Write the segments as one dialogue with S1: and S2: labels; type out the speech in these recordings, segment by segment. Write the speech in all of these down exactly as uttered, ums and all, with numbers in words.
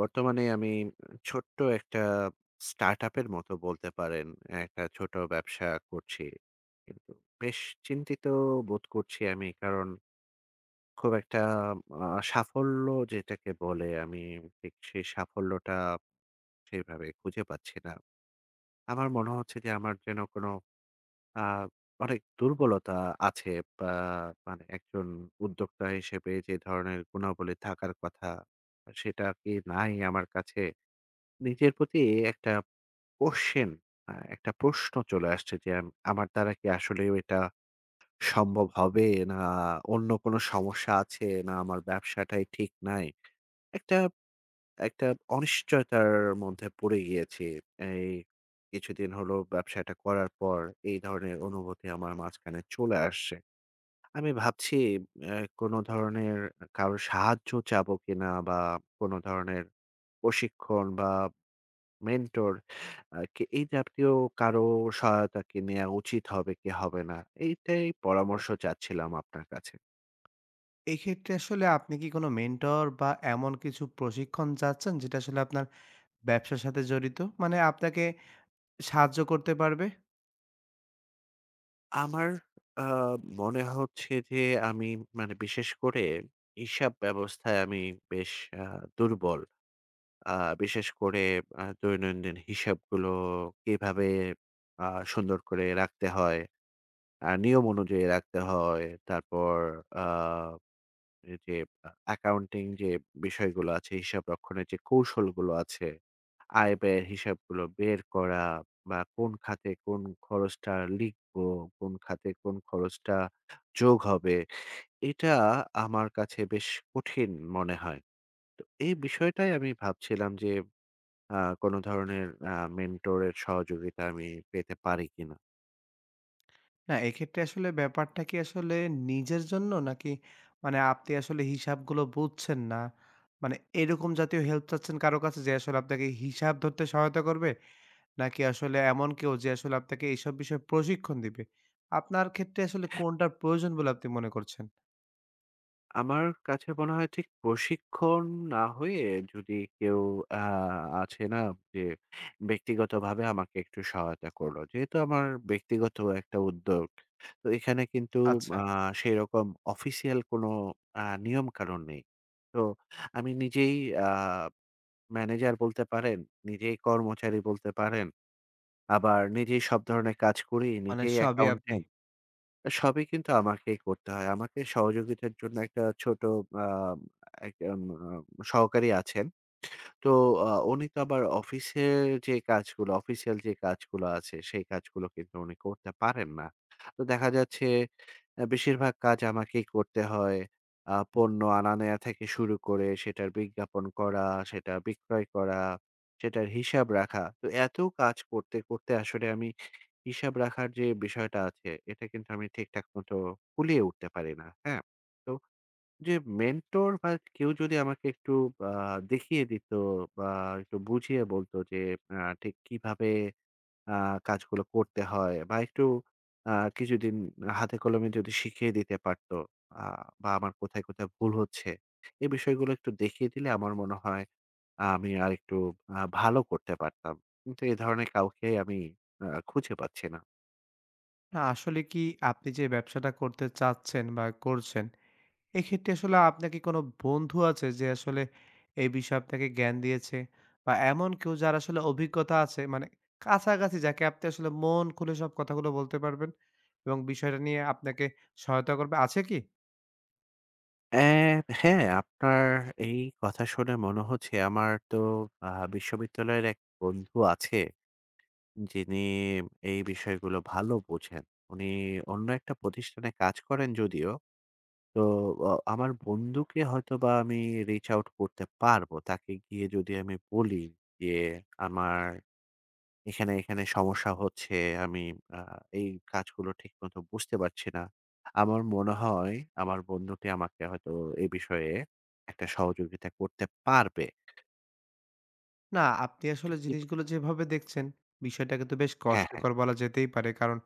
S1: বর্তমানে আমি ছোট্ট একটা স্টার্টআপের মতো বলতে পারেন। একটা ছোট ব্যবসা করছি। কিন্তু বেশ চিন্তিত বোধ করছি আমি। কারণ খুব একটা আ সাফল্য যেটাকে বলে আমি ঠিক সেই সাফল্যটা সেভাবে খুঁজে পাচ্ছি না। আমার মনে হচ্ছে যে আমার যেন কোনো আ অনেক দুর্বলতা আছে বা মানে একজন উদ্যোক্তা হিসেবে যে ধরনের গুণাবলী থাকার কথা, সেটা কি নাই আমার কাছে? নিজের প্রতি একটা কোশ্চেন আ একটা প্রশ্ন চলে আসছে যে, আম আমার দ্বারা কি আসলেও এটা সম্ভব হবে? না অন্য কোনো সমস্যা আছে? না আমার ব্যবসাটাই ঠিক নাই? একটা একটা অনিশ্চয়তার মধ্যে পড়ে গিয়েছি। এই কিছুদিন হলো ব্যবসাটা করার পর এই ধরনের অনুভূতি আমার মাঝখানে চলে আসছে। আমি ভাবছি অ্যা কোনো ধরনের কারো সাহায্য চাবো কিনা? বা কোনো ধরনের প্রশিক্ষণ বা মেন্টর আ কে এই জাতীয় কারো সহায়তা কি নেয়া উচিত হবে কি হবে না? এইটাই পরামর্শ চাচ্ছিলাম আপনার কাছে।
S2: এক্ষেত্রে আসলে আপনি কি কোনো মেন্টর বা এমন কিছু প্রশিক্ষণ চাচ্ছেন যেটা আসলে আপনার ব্যবসার সাথে জড়িত? মানে আপনাকে সাহায্য করতে পারবে?
S1: আমার আ মনে হচ্ছে যে আমি মানে বিশেষ করে হিসাব ব্যবস্থায় আমি বেশ আ দুর্বল। আ বিশেষ করে আ দৈনন্দিন হিসাবগুলো কিভাবে আ সুন্দর করে রাখতে হয়, আ নিয়ম অনুযায়ী রাখতে হয়। তারপর আ এ যে আ অ্যাকাউন্টিং যে বিষয়গুলো আছে, হিসাব রক্ষণের যে কৌশলগুলো আছে, আয় ব্যয়ের হিসাবগুলো বের করা বা কোন খাতে কোন খরচটা লিখবো, কোন খাতে কোন খরচটা যোগ হবে, এটা আমার কাছে বেশ কঠিন মনে হয়। তো এই বিষয়টাই আমি ভাবছিলাম যে আ কোন ধরনের আ মেন্টরের সহযোগিতা আমি পেতে পারি কিনা?
S2: না এক্ষেত্রে আসলে ব্যাপারটা কি আসলে নিজের জন্য নাকি মানে আপনি আসলে হিসাবগুলো বুঝছেন না? মানে এরকম জাতীয় হেল্প চাচ্ছেন কারো কাছে যে আসলে আপনাকে হিসাব ধরতে সহায়তা করবে? নাকি আসলে এমন কেউ যে আসলে আপনাকে এইসব বিষয়ে প্রশিক্ষণ দিবে? আপনার ক্ষেত্রে আসলে কোনটার প্রয়োজন বলে আপনি মনে করছেন?
S1: আমার কাছে মনে হয় ঠিক প্রশিক্ষণ না হয়ে যদি কেউ আ আছে না যে ব্যক্তিগতভাবে আমাকে একটু সহায়তা করলো। যেহেতু আমার ব্যক্তিগত একটা উদ্যোগ। তো এখানে কিন্তু
S2: আচ্ছা,
S1: আ সেরকম অফিসিয়াল কোনো আ নিয়মকানুন নেই। তো আমি নিজেই আ ম্যানেজার বলতে পারেন, নিজেই কর্মচারী বলতে পারেন। আবার নিজেই সব ধরনের কাজ করি,
S2: মানে
S1: নিজেই
S2: সবই আপনি।
S1: অ্যাকাউন্টেন্ট। সবই কিন্তু আমাকেই করতে হয়। আমাকে সহযোগিতার জন্য একটা ছোট আ একটা আ সহকারী আছেন। তো আ উনি তো আবার অফিসের যে কাজগুলো, অফিসিয়াল যে কাজগুলো আছে, সেই কাজগুলো কিন্তু উনি করতে পারেন না। তো দেখা যাচ্ছে আ বেশিরভাগ কাজ আমাকেই করতে হয়। আ পণ্য আনা নেয়া থেকে শুরু করে সেটার বিজ্ঞাপন করা, সেটা বিক্রয় করা, সেটার হিসাব রাখা। তো এত কাজ করতে, করতে আসলে আমি হিসাব রাখার যে বিষয়টা আছে, এটা কিন্তু আমি ঠিকঠাক মতো কুলিয়ে উঠতে পারি না। হ্যাঁ? তো যে মেন্টর বা কেউ যদি আমাকে একটু আ দেখিয়ে দিত বা একটু বুঝিয়ে বলত যে আ ঠিক কিভাবে আ কাজগুলো করতে হয় বা একটু আ কিছুদিন হাতে কলমে যদি শিখিয়ে দিতে পারত আ বা আমার কোথায়, কোথায় ভুল হচ্ছে, এই বিষয়গুলো একটু দেখিয়ে দিলে আমার মনে হয় আমি আরেকটু আ ভালো করতে পারতাম। কিন্তু এ ধরনের কাউকে আমি আ খুঁজে পাচ্ছি না।
S2: না আসলে কি আপনি যে ব্যবসাটা করতে চাচ্ছেন বা করছেন, এক্ষেত্রে আসলে আপনার কি কোনো বন্ধু আছে যে আসলে এই বিষয়ে আপনাকে জ্ঞান দিয়েছে? বা এমন কেউ যার আসলে অভিজ্ঞতা আছে মানে কাছাকাছি যাকে আপনি আসলে মন খুলে সব কথাগুলো বলতে পারবেন এবং বিষয়টা নিয়ে আপনাকে সহায়তা করবে, আছে কি?
S1: অ্যা হ্যাঁ, আপনার এই কথা শুনে মনে হচ্ছে আমার তো আ বিশ্ববিদ্যালয়ের এক বন্ধু আছে, যিনি এই বিষয়গুলো ভালো বোঝেন। উনি অন্য একটা প্রতিষ্ঠানে কাজ করেন যদিও। তো অ আমার বন্ধুকে হয়তোবা আমি reach out করতে পারবো। তাকে গিয়ে যদি আমি বলি যে আমার এখানে, এখানে সমস্যা হচ্ছে আমি আ এই কাজগুলো ঠিকমতো বুঝতে পারছি না। আমার মনে হয় আমার বন্ধুটি আমাকে হয়তো এ বিষয়ে একটা সহযোগিতা করতে পারবে।
S2: না, আপনি
S1: একটি
S2: আসলে
S1: কি
S2: জিনিসগুলো যেভাবে দেখছেন, বিষয়টা কিন্তু বেশ
S1: হ্যাঁ, হ্যাঁ।
S2: কষ্টকর বলা যেতেই পারে। কারণ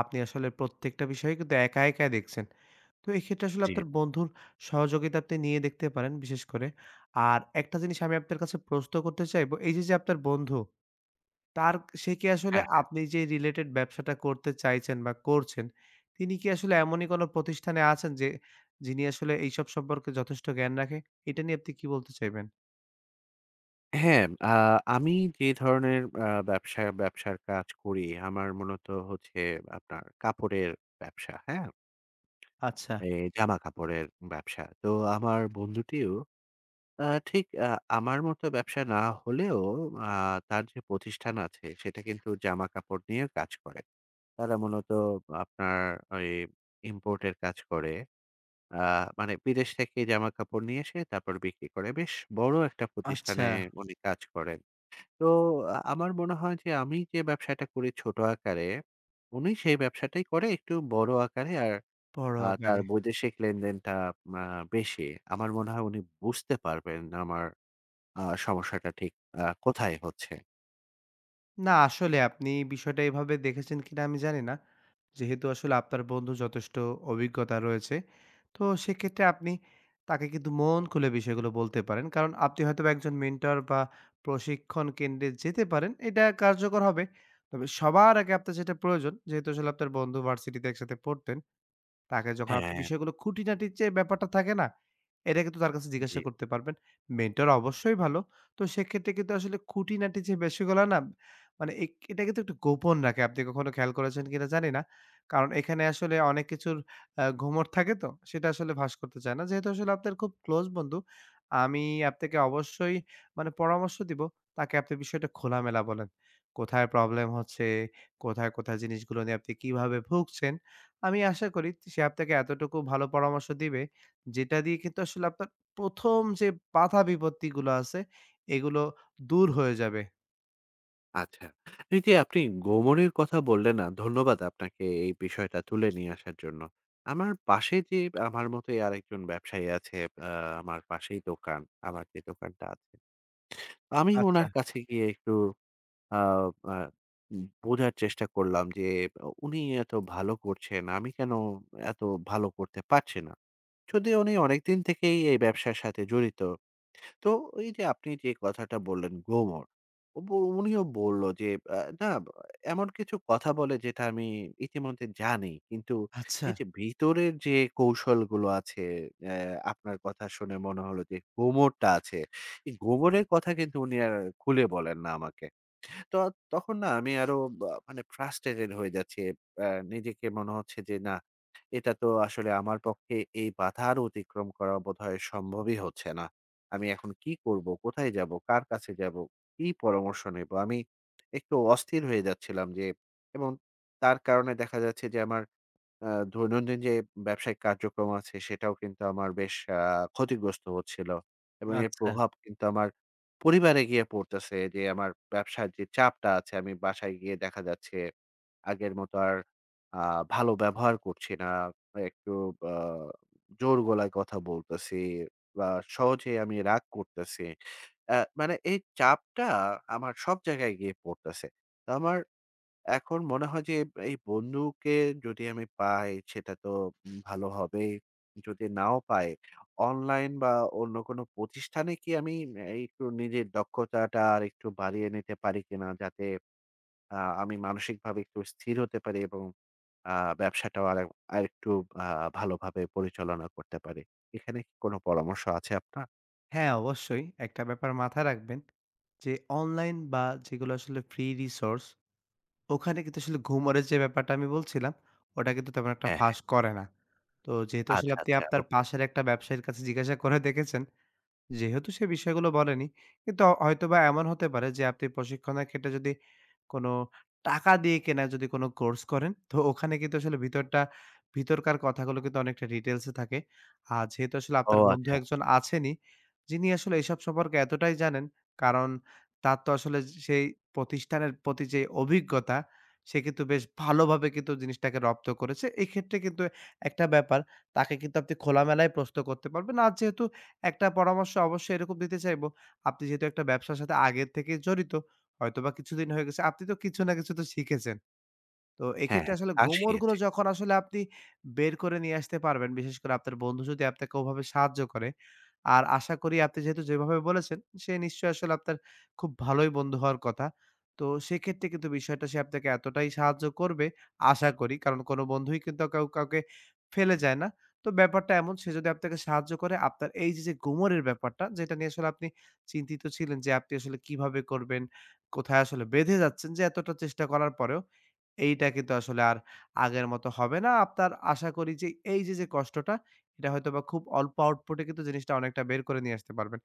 S2: আপনি আসলে প্রত্যেকটা বিষয়ই কিন্তু একা, একাই দেখছেন। তো এক্ষেত্রে আসলে
S1: জি।
S2: আপনার বন্ধুর সহযোগিতা আপনি নিয়ে দেখতে পারেন বিশেষ করে। আর একটা জিনিস আমি আপনার কাছে প্রশ্ন করতে চাইবো, এই যে, যে, আপনার বন্ধু, তার সে কি আসলে
S1: হ্যাঁ, হ্যাঁ।
S2: আপনি যে, রিলেটেড ব্যবসাটা করতে চাইছেন বা করছেন, তিনি কি আসলে এমনই কোনো প্রতিষ্ঠানে আছেন যে, যিনি আসলে এইসব সম্পর্কে যথেষ্ট জ্ঞান রাখে? এটা নিয়ে আপনি কি বলতে চাইবেন?
S1: হ্যাঁ, আ আমি যে ধরনের আ ব্যবসা ব্যবসার কাজ করি আমার মূলত হচ্ছে আপনার কাপড়ের ব্যবসা, হ্যাঁ?
S2: আচ্ছা,
S1: এই জামা কাপড়ের ব্যবসা। তো আমার বন্ধুটিও আ ঠিক আ আমার মতো ব্যবসা না হলেও আ তার যে প্রতিষ্ঠান আছে সেটা কিন্তু জামাকাপড় নিয়ে কাজ করে। তারা মূলত আপনার ওই ইম্পোর্ট এর কাজ করে। আ মানে বিদেশ থেকে জামাকাপড় নিয়ে এসে তারপর বিক্রি করে। বেশ বড় একটা
S2: আচ্ছা।
S1: প্রতিষ্ঠানে উনি কাজ করেন। তো আ আমার মনে হয় যে আমি যে ব্যবসাটা করি ছোট আকারে, উনি সেই ব্যবসাটাই করে একটু বড় আকারে আর
S2: বড়
S1: আ তার
S2: আকারে।
S1: বৈদেশিক লেনদেনটা আ বেশি। আমার মনে হয় উনি বুঝতে পারবেন আমার আ সমস্যাটা ঠিক আ কোথায় হচ্ছে?
S2: না, আসলে আপনি বিষয়টা এভাবে দেখেছেন কিনা আমি জানি না। যেহেতু আসলে আপনার বন্ধুর যথেষ্ট অভিজ্ঞতা রয়েছে, তো সেক্ষেত্রে আপনি তাকে কিন্তু মন খুলে বিষয়গুলো বলতে পারেন। কারণ আপনি হয়তোবা একজন মেন্টর বা প্রশিক্ষণ কেন্দ্রে যেতে পারেন, এটা কার্যকর হবে। তবে সবার আগে আপনার যেটা প্রয়োজন, যেহেতু আসলে আপনার বন্ধু ভার্সিটিতে একসাথে পড়তেন, তাকে যখন আপনি
S1: হ্যাঁ,
S2: বিষয়গুলো খুঁটিনাটি যে ব্যাপারটা থাকে না? এটা কিন্তু তার কাছে
S1: জি।
S2: জিজ্ঞাসা করতে পারবেন। মেন্টর অবশ্যই ভালো। তো সেক্ষেত্রে কিন্তু আসলে খুঁটিনাটি যে বিষয়গুলো না মানে এ এটা কিন্তু একটু গোপন রাখে। আপনি কখনো খেয়াল করেছেন কিনা জানি না। কারণ এখানে আসলে অনেক কিছুর আ ঘুমট থাকে তো সেটা আসলে ফাঁস করতে চায় না। যেহেতু আসলে আপনার খুব ক্লোজ বন্ধু, আমি আপনাকে অবশ্যই মানে পরামর্শ দিব তাকে আপনি বিষয়টা খোলামেলা বলেন। কোথায় প্রবলেম হচ্ছে, কোথায়, কোথায় জিনিসগুলো নিয়ে আপনি কিভাবে ভুগছেন আমি আশা করি সে আপনাকে এতটুকু ভালো পরামর্শ দিবে, যেটা দিয়ে কিন্তু আসলে আপনার প্রথম যে বাধা বিপত্তিগুলো আছে, এগুলো দূর হয়ে যাবে।
S1: আচ্ছা। এই যে আপনি গোমড়ের কথা বললেন না, ধন্যবাদ আপনাকে এই বিষয়টা তুলে নিয়ে আসার জন্য। আমার পাশে যে আমার মতোই আরেকজন ব্যবসায়ী আছে, আ আমার পাশেই দোকান। আমার যে দোকানটা আছে। আমি
S2: আচ্ছা,
S1: উনার কাছে গিয়ে একটু আ আ বোঝার চেষ্টা করলাম যে উনি এত ভালো করছেন, আমি কেন এত ভালো করতে পারছি না? যদিও উনি অনেকদিন থেকেই এই ব্যবসার সাথে জড়িত। তো এই যে আপনি যে কথাটা বললেন গোমর, ওব উনিও বলল যে আ না এমন কিছু কথা বলে যেটা আমি ইতিমধ্যে জানি। কিন্তু
S2: আচ্ছা,
S1: এই যে ভিতরের যে কৌশলগুলো আছে অ্যা আপনার কথা শুনে মনে হলো যে গোমরটা আছে। এই গোমরের কথা কিন্তু উনি আর খুলে বলেন না আমাকে। তো তখন না আমি আরো বা মানে ফ্রাস্ট্রেটেড হয়ে যাচ্ছি। আ নিজেকে মনে হচ্ছে যে না, এটা তো আসলে আমার পক্ষে এই বাধা আর অতিক্রম করা বোধহয় সম্ভবই হচ্ছে না। আমি এখন কি করব? কোথায় যাব? কার কাছে যাব? কি পরামর্শ নেব? আমি একটু অস্থির হয়ে যাচ্ছিলাম যে এবং তার কারণে দেখা যাচ্ছে যে আমার আ দৈনন্দিন যে ব্যবসায়িক কার্যক্রম আছে সেটাও কিন্তু আমার বেশ আ ক্ষতিগ্রস্ত হচ্ছিল। এবং এর
S2: আচ্ছা।
S1: প্রভাব কিন্তু আমার পরিবারে গিয়ে পড়তেছে যে আমার ব্যবসার যে চাপটা আছে আমি বাসায় গিয়ে দেখা যাচ্ছে আগের মতো আর আ ভালো ব্যবহার করছি না। একটু আ জোর গলায় কথা বলতেছি বা সহজেই আমি রাগ করতেছি। আ মানে এই চাপটা আমার সব জায়গায় গিয়ে পড়তেছে। তো আমার এখন মনে হয় যে এই বন্ধুকে যদি আমি পাই সেটা তো উম ভালো হবেই। যদি নাও পাই, অনলাইন বা অন্য কোনো প্রতিষ্ঠানে কি আমি এ একটু নিজের দক্ষতাটা আরেকটু বাড়িয়ে নিতে পারি কিনা? যাতে আ আমি মানসিকভাবে একটু স্থির হতে পারি এবং আ ব্যবসাটাও আরে আরেকটু আ ভালোভাবে পরিচালনা করতে পারি। এখানে কি কোনো পরামর্শ আছে আপনার?
S2: হ্যাঁ, অবশ্যই একটা ব্যাপার মাথায় রাখবেন যে অনলাইন বা যেগুলো আসলে ফ্রি রিসোর্স, ওখানে কিন্তু আসলে ঘুমোরের যে ব্যাপারটা আমি বলছিলাম, ওটা কিন্তু তেমন একটা
S1: হ্যাঁ, হ্যাঁ।
S2: ফাঁস করে না। তো যেহেতু আসলে
S1: আচ্ছা,
S2: আপনি
S1: আচ্ছা।
S2: আপনার
S1: ওকে।
S2: পাশের একটা ব্যবসায়ীর কাছে জিজ্ঞাসা করে দেখেছেন, যেহেতু সে বিষয়গুলো বলেনি, কিন্তু হ- হয়তোবা এমন হতে পারে যে আপনি প্রশিক্ষণের ক্ষেত্রে যদি কোনো টাকা দিয়ে কেনা যদি কোনো কোর্স করেন, তো ওখানে কিন্তু আসলে ভিতরটা ভিতরকার কথাগুলো কিন্তু অনেকটা ডিটেইলস এ থাকে। আর যেহেতু আসলে
S1: ও
S2: আপনার বন্ধু
S1: আচ্ছা।
S2: একজন আছেনই, যিনি আসলে এসব সম্পর্কে এতটাই জানেন, কারণ তার তো আসলে সেই প্রতিষ্ঠানের প্রতি যে অভিজ্ঞতা, সে কিন্তু বেশ ভালোভাবে কিন্তু জিনিসটাকে রপ্ত করেছে। এক্ষেত্রে কিন্তু একটা ব্যাপার, তাকে কিন্তু আপনি খোলামেলায় প্রশ্ন করতে পারবেন। আর যেহেতু একটা পরামর্শ অবশ্যই এরকম দিতে চাইবো, আপনি যেহেতু একটা ব্যবসার সাথে আগের থেকে জড়িত, হয়তোবা কিছুদিন হয়ে গেছে। আপনি তো কিছু না কিছু তো শিখেছেন। তো
S1: হ্যাঁ,
S2: এক্ষেত্রে
S1: হ্যাঁ।
S2: আসলে গোমরগুলো
S1: আসিয়েছে।
S2: যখন আসলে আপনি বের করে নিয়ে আসতে পারবেন, বিশেষ করে আপনার বন্ধু যদি আপনাকে ওভাবে সাহায্য করে, আর আশা করি আপনি যেহেতু যেভাবে বলেছেন, সে নিশ্চয়ই আসলে আপনার খুব ভালোই বন্ধু হওয়ার কথা। তো সেক্ষেত্রে কিন্তু বিষয়টা সে আপনাকে এতটাই সাহায্য করবে আশা করি। কারণ কোনো বন্ধুই কিন্তু কাউ কাউকে ফেলে যায় না। তো ব্যাপারটা এমন সে যদি আপনাকে সাহায্য করে, আপনার এই যে, যে গোমরের ব্যাপারটা যেটা নিয়ে আসলে আপনি চিন্তিত ছিলেন যে, আপনি আসলে কিভাবে করবেন, কোথায় আসলে বেঁধে যাচ্ছেন যে, এতটা চেষ্টা করার পরেও। এইটা কিন্তু আসলে আর আগের মতো হবে না। আপনার আশা করি যে এই যে, যে কষ্টটা এটা হয়তোবা খুব অল্প আউটপুটে কিন্তু জিনিসটা অনেকটা বের করে নিয়ে আসতে পারবেন।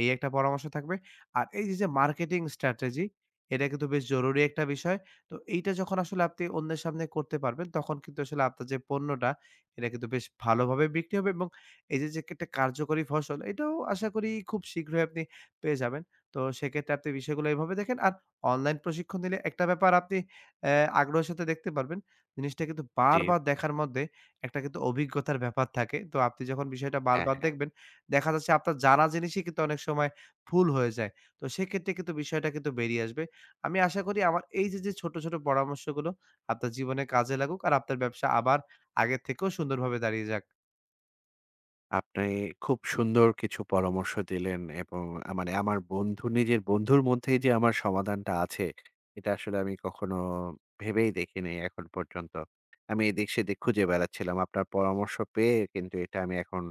S2: এই একটা পরামর্শ থাকবে। আর এই যে, যে মার্কেটিং স্ট্র্যাটেজি এটা কিন্তু বেশ জরুরি একটা বিষয়। তো এইটা যখন আসলে আপনি অন্যের সামনে করতে পারবেন তখন কিন্তু আসলে আপনার যে পণ্যটা এটা কিন্তু বেশ ভালোভাবে বিক্রি হবে এবং এই যে, যে একটা কার্যকরী ফসল এটাও আশা করি খুব শীঘ্রই আপনি পেয়ে যাবেন। তো সেক্ষেত্রে আপনি বিষয়গুলো এভাবে দেখেন। আর অনলাইন প্রশিক্ষণ নিলে একটা ব্যাপার আপনি অ্যা আগ্রহের সাথে দেখতে পারবেন। জিনিসটা কিন্তু
S1: জি।
S2: বারবার দেখার মধ্যে একটা কিন্তু অভিজ্ঞতার ব্যাপার থাকে। তো আপনি যখন বিষয়টা
S1: হ্যাঁ,
S2: বারবার
S1: হ্যাঁ।
S2: দেখবেন, দেখা যাচ্ছে আপনার জানা জিনিসই কিন্তু অনেক সময় ভুল হয়ে যায়। তো সেক্ষেত্রে কিন্তু বিষয়টা কিন্তু বেরিয়ে আসবে। আমি আশা করি আমার এই যে, যে ছোট, ছোট পরামর্শগুলো আপনার জীবনে কাজে লাগুক আর আপনার ব্যবসা আবার আগের থেকেও সুন্দরভাবে দাঁড়িয়ে যাক।
S1: আপনি খুব সুন্দর কিছু পরামর্শ দিলেন এবং আ মানে আমার বন্ধু নিজের বন্ধুর মধ্যেই যে আমার সমাধানটা আছে, এটা আসলে আমি কখনো ভেবেই দেখিনি এখন পর্যন্ত। আমি এদিক সেদিক খুঁজে বেড়াচ্ছিলাম। আপনার পরামর্শ পেয়ে কিন্তু এটা আমি এখন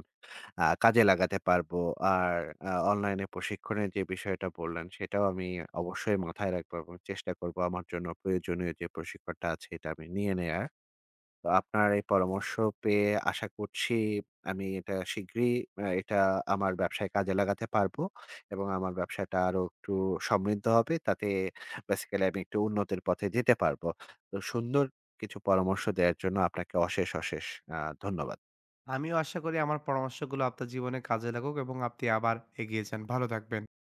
S1: আ কাজে লাগাতে পারবো। আর আ অনলাইনে প্রশিক্ষণের যে বিষয়টা বললেন, সেটাও আমি অবশ্যই মাথায় রাখবো এবং চেষ্টা করবো আমার জন্য প্রয়োজনীয় যে প্রশিক্ষণটা আছে, এটা আমি নিয়ে নেয়ার। তো আপনার এই পরামর্শ পেয়ে আশা করছি আমি এটা শিগগিরই আ এটা আমার ব্যবসায় কাজে লাগাতে পারবো এবং আমার ব্যবসাটা আরো একটু সমৃদ্ধ হবে। তাতে বেসিক্যালি আমি একটু উন্নতির পথে যেতে পারবো। তো সুন্দর কিছু পরামর্শ দেওয়ার জন্য আপনাকে অশেষ, অশেষ আ ধন্যবাদ।
S2: আমিও আশা করি আমার পরামর্শগুলো আপনার জীবনে কাজে লাগুক এবং আপনি আবার এগিয়ে যান। ভালো থাকবেন।